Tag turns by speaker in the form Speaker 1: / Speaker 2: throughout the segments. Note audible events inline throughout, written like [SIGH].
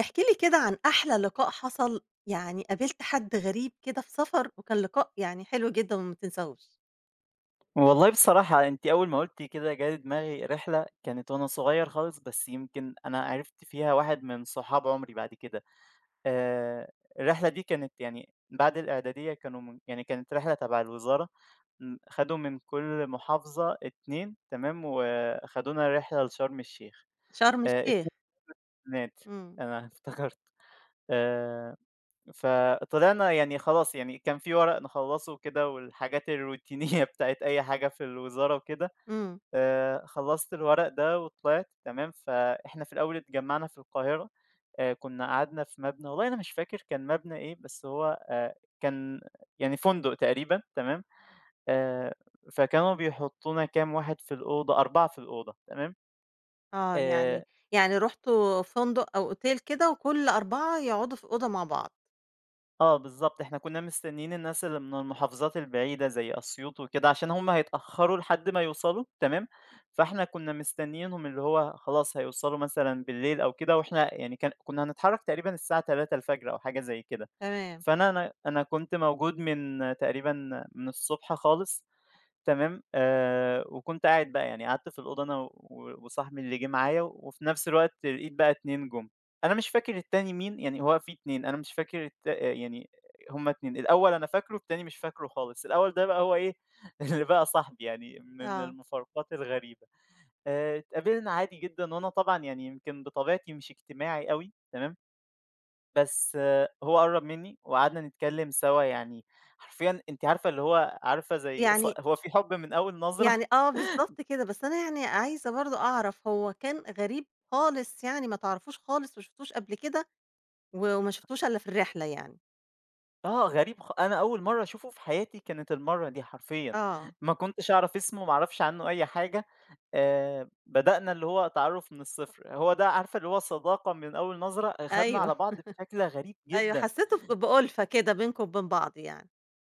Speaker 1: احكِ لي كده عن أحلى لقاء حصل، يعني قابلت حد غريب كده في سفر وكان لقاء يعني حلو جدًا وما تنساهوش،
Speaker 2: والله بصراحة أنتِ أول ما قُلتِ كده جه دماغي رحلة كانت وأنا صغير خالص، بس يمكن أنا عرفت فيها واحد من صحاب عمري بعد كده. آآ الرحلة دي كانت يعني بعد الإعدادية كانوا من يعني كانت رحلة تبع الوزارة، خدوا من كل محافظة 2 تمام، وخدونا رحلة لشرم الشيخ.
Speaker 1: شرم الشيخ،
Speaker 2: 2 بنات،
Speaker 1: إمم،
Speaker 2: أنا [LAUGHS] افتكرت. آآ فطلعنا يعني خلاص يعني كان في ورق نخلّصه وكده والحاجات الروتينية [LAUGHS] بتاعة أي حاجة في الوزارة وكده.
Speaker 1: إمم،
Speaker 2: خلّصت الورق ده وطلعت تمام، فإحنا في الأول اتجمّعنا في القاهرة، كُنّا قعدنا في مبنى والله أنا مش فاكر كان مبنى إيه، بس هو كان يعني فندق تقريبًا تمام، آآ فكانوا بيحطّونا كام واحد في الأوضة، 4 في الأوضة تمام،
Speaker 1: آه، يعني
Speaker 2: آآ
Speaker 1: يعني رُحتوا فندق أو أوتيل كده وكل 4 يقعدوا في أوضة مع بعض،
Speaker 2: آه بالضبط، إحنا كُنّا مستنيين الناس اللي من المحافظات البعيدة زي أسيوط وكده، عشان هُم هيتأخّروا لحد ما يوصلوا تمام، فإحنا كُنّا مستنيينهم اللي هو خلاص هيوصلوا مثلًا بالليل أو كده، وإحنا يعني كُنّا هنتحرّك تقريبًا الساعة 3:00 أو حاجة زي كده،
Speaker 1: تمام،
Speaker 2: فأنا أنا أنا كنت موجود من تقريبًا من الصبح خالص تمام، وكنت قاعد بقى، يعني قعدت في الأوضة أنا و وصاحبي اللي جه معايا، وفي نفس الوقت لقيت بقى 2 جُم، أنا مش فاكر التاني مين، يعني هو في 2 أنا مش فاكر آه، يعني هُم 2، الأول أنا فاكره، التاني مش فاكره خالص، الأول ده بقى هو إيه، [LAUGHS] اللي بقى صاحبي يعني من
Speaker 1: آه،
Speaker 2: المفارقات الغريبة، اتقابلنا عادي جدًا، وأنا طبعًا يعني يمكن بطبيعتي مش اجتماعي أوي، تمام، بس آه، هو قرّب مني وقعدنا نتكلم سوا، يعني حرفيًا أنتِ عارفة اللي هو عارفة زي ص
Speaker 1: يعني
Speaker 2: هو في حُب من أول نظرة؟
Speaker 1: يعني آه، بالضبط كده، بس أنا يعني عايزة برضه أعرف هو كان غريب خالص يعني ما تعرفوش خالص، ما شفتوش قبل كده و وما شفتوش إلا في الرحلة يعني؟
Speaker 2: آه، غريب خ أنا أول مرّة أشوفه في حياتي كانت المرّة دي حرفيًا،
Speaker 1: آه،
Speaker 2: [LAUGHS] ما كنتش أعرف اسمه، ما أعرفش عنه أي حاجة، بدأنا اللي هو تعرُّف من الصفر، هو ده عارفة اللي هو صداقة من أول نظرة، آه، خدنا
Speaker 1: أيوه.
Speaker 2: على بعض بشكل غريب
Speaker 1: أيوه،
Speaker 2: جدًا،
Speaker 1: حسّيتوا بأُلفة كده بينكم وبين بعض يعني،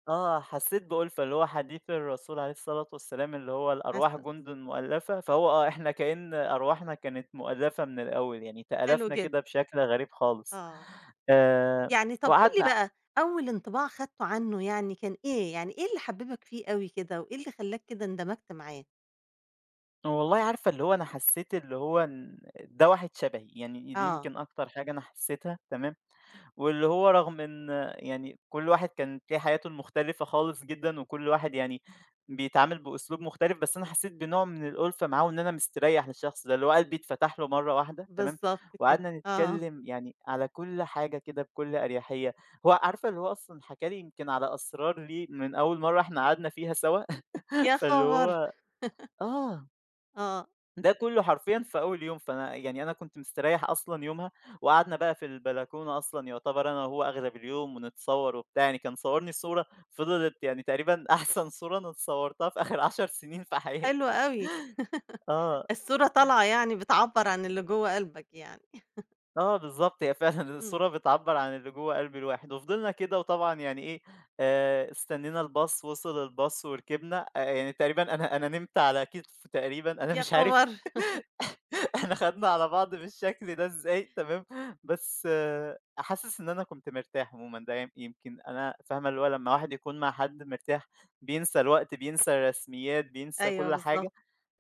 Speaker 2: آه، حسّيت بأُلفة اللي هو حديث الرسول عليه الصلاة والسلام اللي هو
Speaker 1: حس
Speaker 2: الأرواح جُندٌ مؤلّفة، فهو آه، إحنا كإن أرواحنا كانت مؤلّفة من الأول، يعني
Speaker 1: حلو
Speaker 2: تآلفنا
Speaker 1: جدًا،
Speaker 2: كده بشكل غريب خالص،
Speaker 1: آه،
Speaker 2: آآ،
Speaker 1: يعني طَب قُل لي
Speaker 2: وقعدنا
Speaker 1: بقى أول انطباع خدته عنه يعني كان إيه، يعني إيه اللي حبّبك فيه أوي كده، وإيه اللي خلّاك كده اندمجت معاه؟
Speaker 2: والله عارفة اللي هو أنا حسّيت اللي هو إن ده واحد شبهي، يعني دي
Speaker 1: آه،
Speaker 2: يمكن أكتر حاجة أنا حسّيتها تمام، واللي هو رغم إن يعني كل واحد كانت ليه حياته المختلفة خالص جدًا، وكل واحد يعني بيتعامل بأسلوب مختلف، بس أنا حسّيت بنوع من الألفة معاه وإن أنا مستريّح للشخص ده، اللي هو قلبي اتفتح له مرّة واحدة تمام،
Speaker 1: بالضبط كده،
Speaker 2: وقعدنا
Speaker 1: آه،
Speaker 2: نتكلّم يعني على كل حاجة كده بكل أريحية، هو عارفة اللي هو أصلًا حكى لي يمكن على أسرار ليه من أول مرّة إحنا قعدنا فيها سوا،
Speaker 1: يا
Speaker 2: [LAUGHS] فاللي
Speaker 1: خبر!
Speaker 2: هو آه.
Speaker 1: آه،
Speaker 2: ده كله حرفيًا في أول يوم، فأنا يعني أنا كنت مستريّح أصلًا يومها، وقعدنا بقى في البلكونة أصلًا يعتبر أنا وهو أغلب اليوم ونتصوّر وبتاع، يعني كان صوّرني صورة فضلت يعني تقريبًا [LAUGHS] أحسن صورة أنا اتصوّرتها في آخر 10 سنين في
Speaker 1: حلو
Speaker 2: حياتي.
Speaker 1: أوي،
Speaker 2: آه،
Speaker 1: الصورة طالعة يعني بتعبّر عن اللي جوّه قلبك يعني،
Speaker 2: آه بالضبط، هي فعلًا [LAUGHS]
Speaker 1: إمم،
Speaker 2: الصورة بتعبّر عن اللي جوّه قلب الواحد، وفضلنا كده وطبعًا يعني إيه، استنينا الباص، وصل الباص وركبنا، يعني تقريبًا أنا نمت على كتفه تقريبًا، أنا
Speaker 1: يا
Speaker 2: مش عارف
Speaker 1: خبر!
Speaker 2: [LAUGHS] [LAUGHS] إحنا خدنا على بعض بالشكل ده إزاي تمام، بس آه، حاسس إن أنا كنت مرتاح عمومًا، ده يمكن أنا فاهمة اللي هو لمّا الواحد يكون مع حد مرتاح بينسى الوقت، بينسى الرسميات، بينسى
Speaker 1: أيوه
Speaker 2: كل حاجة،
Speaker 1: بالضبط.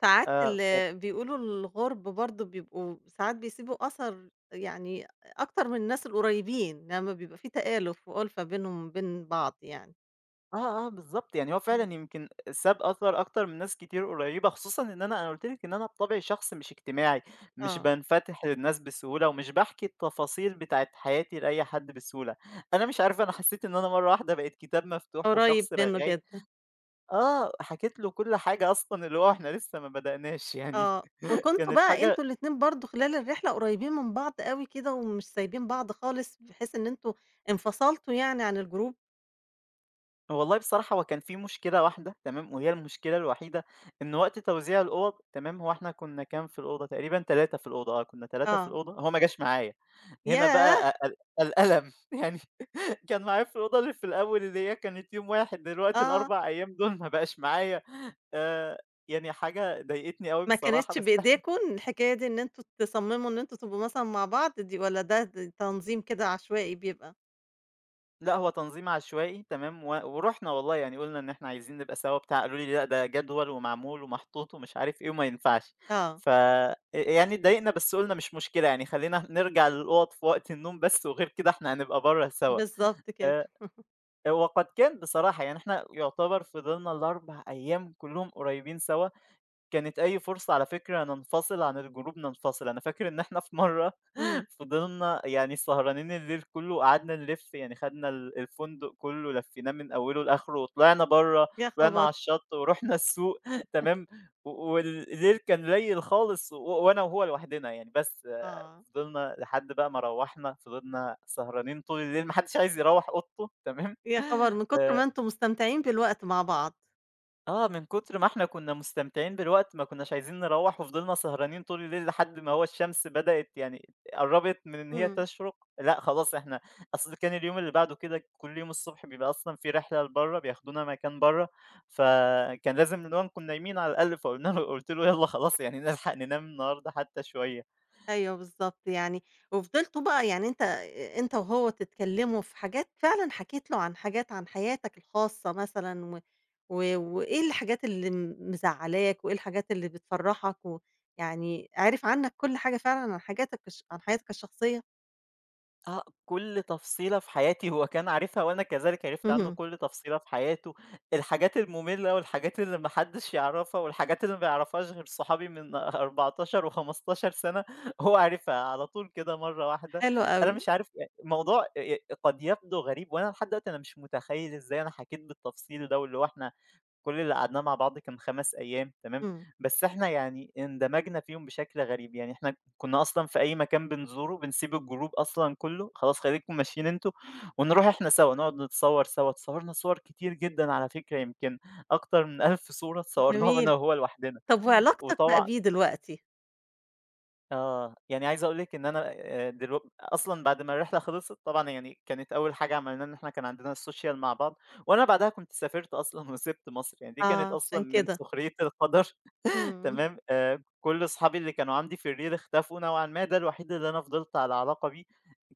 Speaker 1: ساعات ال
Speaker 2: ف
Speaker 1: بيقولوا الغُرب برضه بيبقوا ساعات بيسيبوا أثر يعني أكتر من الناس القريبين، لمّا بيبقى في تآلُف وأُلفة بينهم وبين بعض يعني.
Speaker 2: آه، آه بالضبط، يعني هو
Speaker 1: إمم.
Speaker 2: فعلًا يمكن ساب أثر أكتر من ناس كتير قريبة، خصوصًا إن أنا قُلت لِك إن أنا بطبعي شخص مش اجتماعي، مش
Speaker 1: آه،
Speaker 2: بانفتح للناس بسهولة، ومش باحكي التفاصيل بتاعة حياتي لأي حد بسهولة، أنا مش عارف أنا حسيت إن أنا مرة واحدة بقيت كتاب مفتوح
Speaker 1: قريب
Speaker 2: وشخص
Speaker 1: منّه
Speaker 2: رغاي
Speaker 1: جدًا.
Speaker 2: آه، حكيت له كل حاجة أصلًا اللي هو إحنا لسه ما بدأناش يعني
Speaker 1: آه،
Speaker 2: [LAUGHS]
Speaker 1: وكنتم
Speaker 2: كانت
Speaker 1: بقى
Speaker 2: حاجة
Speaker 1: أنتم الاتنين برضه خلال الرحلة قريبين من بعض أوي كده ومش سايبين بعض خالص بحيث إن أنتم انفصلتوا يعني عن الgroup؟
Speaker 2: والله بصراحة هو كان في مشكلة واحدة تمام، وهي المشكلة الوحيدة إن وقت توزيع الأوض تمام، هو إحنا كنا كام في الأوضة تقريبًا 3 في الأوضة آه، كنا 3 في
Speaker 1: آه.
Speaker 2: الأوضة هو ما جاش معايا، هنا
Speaker 1: ياه!
Speaker 2: بقى أ ال الألم [LAUGHS] يعني كان معايا في الأوضة اللي في الأول اللي هي كانت يوم واحد دلوقتي
Speaker 1: آه.
Speaker 2: ال4 أيام دول ما بقاش معايا آآ، يعني حاجة ضايقتني أوي
Speaker 1: ما
Speaker 2: بصراحة
Speaker 1: كانتش
Speaker 2: بس
Speaker 1: بإيديكم الحكاية دي إن أنتم تصمموا إن أنتم تبقوا مثلًا مع بعض دي والّا ده تنظيم كده عشوائي بيبقى؟
Speaker 2: لأ، هو تنظيم عشوائي تمام، و ورُحنا والله يعني قُلنا إن إحنا عايزين نبقى سوا بتاع، قالوا لي: "لأ، ده جدول ومعمول ومحطوط ومش عارف إيه وما ينفعش."
Speaker 1: آه،
Speaker 2: ف يعني اتضايقنا بس قُلنا مش مشكلة يعني خلّينا [LAUGHS] نرجع للأوض في وقت النوم بس وغير كده إحنا هنبقى برّه سوا.
Speaker 1: بالضبط كده،
Speaker 2: آآ وقد كان بصراحة، يعني إحنا يُعتبر فضلنا ال4 أيام كلّهم قريبين سوا. كانت أي فرصة على فكرة ننفصل عن الجروب ننفصل، أنا فاكر إن إحنا في مرّة
Speaker 1: إمم،
Speaker 2: [LAUGHS] فضلنا يعني سهرانين الليل كلّه وقعدنا نلِف، يعني خدنا الفندق كلّه لفّيناه من أوله لآخره وطلعنا برّه،
Speaker 1: يا
Speaker 2: طلعنا على
Speaker 1: خبر!
Speaker 2: الشط ورُحنا السوق [LAUGHS] تمام، و والليل كان ليّل خالص و وأنا وهو لوحدنا يعني بس، آه،
Speaker 1: آه،
Speaker 2: فضلنا لحد بقى ما روّحنا فضلنا سهرانين طول الليل ما حدّش عايز يروّح أوضته تمام،
Speaker 1: يا خبر من
Speaker 2: [LAUGHS]
Speaker 1: كتر ما
Speaker 2: آآ
Speaker 1: أنتم مستمتعين بالوقت مع بعض،
Speaker 2: آه، من كتر ما إحنا كنا مستمتعين بالوقت ما كناش عايزين نروّح، وفضلنا سهرانين طول الليل لحد ما هو الشمس بدأت يعني قرّبت من إن هي
Speaker 1: إمم.
Speaker 2: تشرق، لأ خلاص إحنا أصل كان اليوم اللي بعده كده كل يوم الصبح بيبقى أصلًا في رحلة لبرّه، بياخدونا مكان برّه، فكان لازم اللي هو نكون نايمين على الأقل، فقلنا له قُلت له: "يالّا خلاص يعني نلحق ننام النهارده حتى شوية."
Speaker 1: أيوه بالضبط، يعني وفضلتوا بقى يعني أنت وهو تتكلّموا في حاجات فعلًا حكيت له عن حاجات عن حياتك الخاصة مثلًا و و وإيه الحاجات اللي مزعّلاك، وإيه الحاجات اللي بتفرّحك يعني عِرِف عنّك كل حاجة فعلًا عن حاجاتك عن حياتك الشخصية؟
Speaker 2: آه، كل تفصيلة في حياتي هو كان عارفها وأنا كذلك عرفت عنه
Speaker 1: اهم.
Speaker 2: كل تفصيلة في حياته، الحاجات المملة والحاجات اللي ما حدش يعرفها والحاجات اللي ما يعرفهاش غير صحابي من [LAUGHS] 14 و15 سنة هو عارفها على طول كده مرة واحدة،
Speaker 1: حلو
Speaker 2: أنا
Speaker 1: أوي.
Speaker 2: مش عارف يعني الموضوع قد يبدو غريب وأنا لحد دلوقتي أنا مش متخيل إزاي أنا حكيت بالتفصيل ده واللي هو إحنا كل اللي قعدناه مع بعض كان 5 أيام تمام،
Speaker 1: إمم.
Speaker 2: بس إحنا يعني اندمجنا فيهم بشكل غريب، يعني إحنا كنا أصلًا في أي مكان بنزوره بنسيب الجروب أصلًا كله، خلاص خليكم ماشيين أنتم ونروح إحنا سوا نقعد نتصور سوا، اتصورنا صور كتير جدًا على فكرة يمكن أكتر من 1000 صورة اتصورناهم
Speaker 1: جميل.
Speaker 2: أنا وهو لوحدنا،
Speaker 1: طَب وعلاقتك بقى
Speaker 2: وطبعًا
Speaker 1: بيه دلوقتي؟
Speaker 2: آه، يعني عايز أقول لِك إن أنا دلو أصلًا بعد ما الرحلة خلصت طبعًا يعني كانت أول حاجة عملناها إن إحنا كان عندنا الsocial مع بعض، وأنا بعدها كنت سافرت أصلًا [LAUGHS] وسِبت مصر، يعني دي كانت
Speaker 1: آه.
Speaker 2: أصلًا
Speaker 1: عشان
Speaker 2: من
Speaker 1: كده.
Speaker 2: سخرية القدر.
Speaker 1: إمم.
Speaker 2: تمام، كل أصحابي اللي كانوا عندي في الReal اختفوا نوعًا ما، ده الوحيد اللي أنا فضلت على علاقة بيه،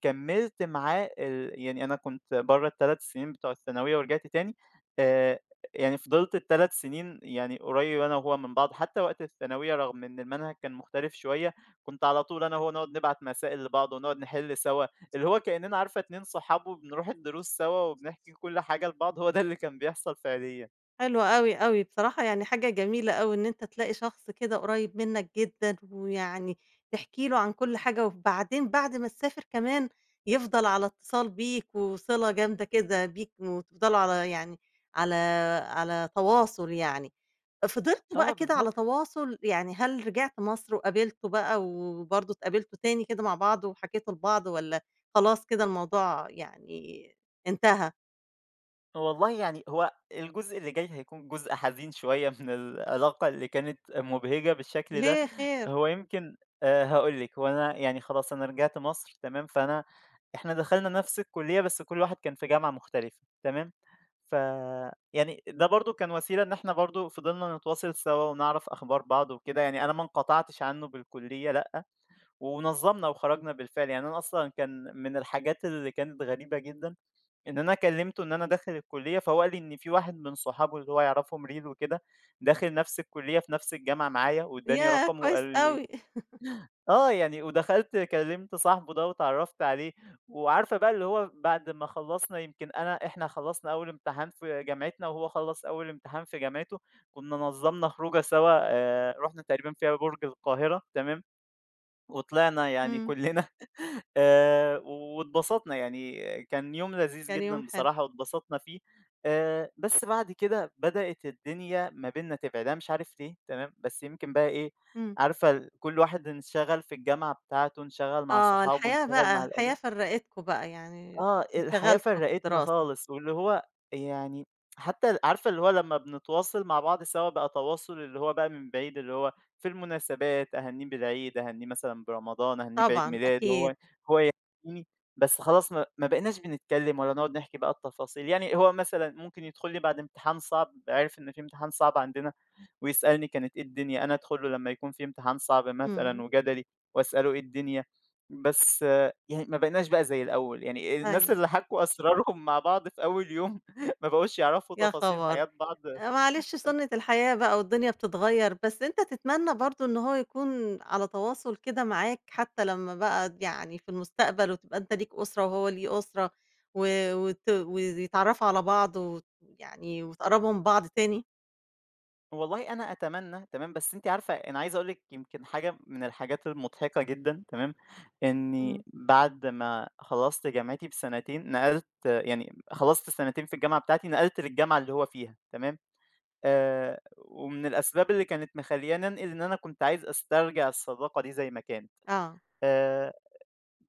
Speaker 2: كمّلت معاه ال يعني أنا كنت برّه ال3 سنين بتوع الثانوية ورجعت تاني، آآ يعني فضلت ال3 سنين يعني قريب أنا وهو من بعض، حتى وقت الثانوية رغم إن المنهج كان مختلف شوية، كنت على طول أنا وهو نقعد نبعت مسائل لبعض ونقعد نحل سوا، اللي هو كإننا عارفة 2 صحاب وبنروح الدروس سوا وبنحكي كل حاجة لبعض، هو ده اللي كان بيحصل فعليًا.
Speaker 1: حلو أوي، أوي، بصراحة يعني حاجة جميلة أوي إن أنت تلاقي شخص كده قريب منك جدًا، ويعني تحكي له عن كل حاجة، وبعدين بعد ما تسافر كمان يفضل على اتصال بيك، وصلة جامدة كده بيك، وتفضلوا على على تواصل يعني. فضلتوا بقى
Speaker 2: آه
Speaker 1: كده
Speaker 2: بالضبط.
Speaker 1: على تواصل؟ يعني هل رجعت مصر وقابلته بقى وبرضه اتقابلتوا تاني كده مع بعض وحكيتوا لبعض، والّا خلاص كده الموضوع يعني انتهى؟
Speaker 2: والله يعني هو الجزء اللي جاي هيكون جزء حزين شوية من العلاقة اللي كانت مبهجة بالشكل ده،
Speaker 1: ليه خير!
Speaker 2: هو يمكن هاقول لِك، هو أنا يعني خلاص أنا رجعت مصر تمام، فأنا إحنا دخلنا نفس الكُلّية بس كل واحد كان في جامعة مختلفة تمام، ف يعني ده برضه كان وسيلة إن إحنا برضه فضلنا نتواصل سوا ونعرف أخبار بعض وكده، يعني أنا ما انقطعتش عنه بالكُلّية لأ، ونظّمنا وخرجنا بالفعل، يعني أنا أصلًا كان من الحاجات اللي كانت غريبة جدًا إن أنا كلّمته إن أنا داخل الكُلّية، فهو قال لي إن في واحد من صحابه اللي هو يعرفهم ريل وكده، داخل نفس الكُلّية في نفس الجامعة معايا وادّاني
Speaker 1: ياه!
Speaker 2: رقمه وقال
Speaker 1: كويس
Speaker 2: لي
Speaker 1: أوي.
Speaker 2: آه، يعني ودخلت كلّمت صاحبه ده واتعرّفت عليه، وعارفة بقى اللي هو بعد ما خلّصنا يمكن إحنا خلّصنا أول امتحان في جامعتنا وهو خلّص أول امتحان في جامعته، كُنّا نظّمنا خروجة سوا رُحنا تقريبًا فيها برج القاهرة تمام؟ وطلعنا يعني
Speaker 1: إمم،
Speaker 2: كلنا [LAUGHS] واتبسطنا، يعني كان يوم لذيذ
Speaker 1: كان يوم
Speaker 2: جدًا
Speaker 1: حلو،
Speaker 2: بصراحة واتبسطنا فيه، بس بعد كده بدأت الدنيا ما بيننا تبعد، أنا مش عارف ليه تمام، بس يمكن بقى إيه،
Speaker 1: إمم،
Speaker 2: عارفة كل واحد انشغل في الجامعة بتاعته، انشغل مع
Speaker 1: آه،
Speaker 2: صحابه، انشغل مع
Speaker 1: الحياة
Speaker 2: الأجواء
Speaker 1: فرّقتكم بقى يعني
Speaker 2: آه، الحياة
Speaker 1: انشغلتوا في
Speaker 2: فرّقتنا
Speaker 1: الدراسة،
Speaker 2: خالص، واللي هو يعني حتى ال عارفة اللي هو لمّا بنتواصل مع بعض سوا بقى تواصل اللي هو بقى من بعيد، اللي هو في المناسبات أهنّيه بالعيد، أهنّيه مثلًا برمضان، أهنّيه بعيد
Speaker 1: طبعًا
Speaker 2: ميلاده،
Speaker 1: أكيد،
Speaker 2: هو يهنّيني، بس خلاص ما بقيناش بنتكلّم ولا نقعد نحكي بقى التفاصيل، يعني هو مثلًا ممكن يدخل لي بعد امتحان صعب، عرف إن في امتحان صعب عندنا ويسألني كانت إيه الدنيا، أنا أدخل له لمّا يكون في امتحان صعب مثلًا
Speaker 1: إمم،
Speaker 2: وجدلي وأسأله إيه الدنيا، بس يعني ما بقيناش بقى زي الأول، يعني الناس
Speaker 1: أيوه،
Speaker 2: اللي حكوا أسرارهم مع بعض في أول يوم [LAUGHS] ما بقوش يعرفوا
Speaker 1: يا
Speaker 2: تفاصيل
Speaker 1: خبر!
Speaker 2: حياة بعض.
Speaker 1: معلش سُنّة الحياة بقى والدنيا بتتغيّر، بس أنت تتمنى برضه إن هو يكون على تواصل كده معاك حتى لمّا بقى يعني في المستقبل وتبقى أنت ليك أسرة وهو ليه أسرة و وت ويتعرّفوا على بعض وت يعني وتقرّبوا من بعض تاني؟
Speaker 2: والله أنا أتمنى تمام، بس أنتِ عارفة أنا عايز أقول لِك يمكن حاجة من الحاجات المضحكة جدًا تمام،
Speaker 1: إمم،
Speaker 2: إني بعد ما خلصت جامعتي بسنتين نقلت يعني خلصت سنتين في الجامعة بتاعتي، نقلت للجامعة اللي هو فيها تمام، ومن الأسباب اللي كانت مخلّياني أنقل إن أنا كنت عايز أسترجع الصداقة دي زي ما كانت.
Speaker 1: آه،
Speaker 2: آآ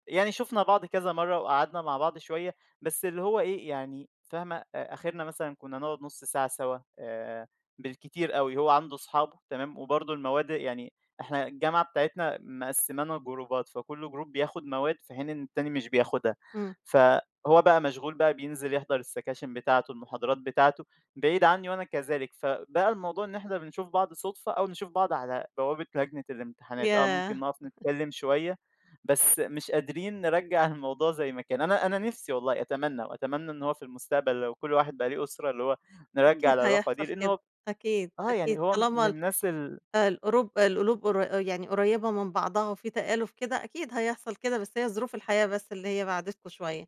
Speaker 2: يعني شُفنا بعض كذا مرّة وقعدنا مع بعض شوية، بس اللي هو إيه، يعني فاهمة، آخرنا مثلًا كُنّا نقعد نُص ساعة سوا بالكتير أوي، هو عنده أصحابه تمام، وبرضه المواد يعني إحنا الجامعة بتاعتنا مقسّمانا جروبات، فكل جروب بياخُد مواد في حين إن التاني مش بياخُدها،
Speaker 1: إمم،
Speaker 2: فهو بقى مشغول بقى بينزل يحضر السكاشن بتاعته، المحاضرات بتاعته بعيد عنّي وأنا كذلك، فبقى الموضوع إن إحنا بنشوف بعض صُدفة أو نشوف بعض على بوابة لجنة الامتحانات، آه ممكن
Speaker 1: ياه!
Speaker 2: نقف نتكلّم شوية بس مش قادرين نرجّع الموضوع زي ما كان. أنا نِفْسي والله أتمنّى وأتمنّى إن هو في المستقبل لو كل واحد بقى ليه أسرة، اللي هو نرجّع
Speaker 1: أكيد
Speaker 2: العلاقة
Speaker 1: هيحصل
Speaker 2: دي، لإن
Speaker 1: كده،
Speaker 2: هو
Speaker 1: أكيد،
Speaker 2: آه،
Speaker 1: أكيد
Speaker 2: يعني هو
Speaker 1: طالما
Speaker 2: من
Speaker 1: ال
Speaker 2: الناس
Speaker 1: القروب القلوب قر يعني قريبة من بعضها وفي تآلف كده، أكيد هيحصل كده، بس هي ظروف الحياة بس اللي هي بعدتكم شوية،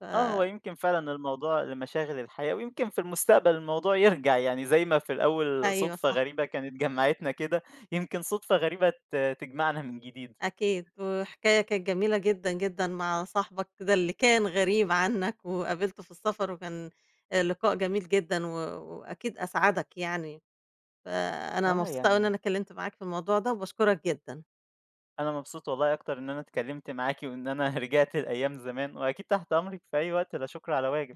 Speaker 1: ف
Speaker 2: آه، هو يمكن فعلًا الموضوع لمشاغل الحياة ويمكن في المستقبل الموضوع يرجع، يعني زي ما في الأول
Speaker 1: أيوه
Speaker 2: صُدفة
Speaker 1: صح،
Speaker 2: غريبة كانت جمّعتنا كده، يمكن صُدفة غريبة تجمعنا من جديد.
Speaker 1: أكيد، وحكاية كانت جميلة جدًا، جدًا مع صاحبك ده اللي كان غريب عنك وقابلته في السفر وكان لقاء جميل جدًا وأكيد أسعدك يعني، فأنا
Speaker 2: آه،
Speaker 1: مبسوطة أوي إن
Speaker 2: يعني
Speaker 1: أنا اتكلمت معاك في الموضوع ده وباشكرك جدًا.
Speaker 2: أنا مبسوط والله أكتر إن أنا اتكلّمت معاكِ وإن أنا [LAUGHS] رجعت لأيام زمان وأكيد تحت أمرِك في أي وقت، لا شُكر على واجب.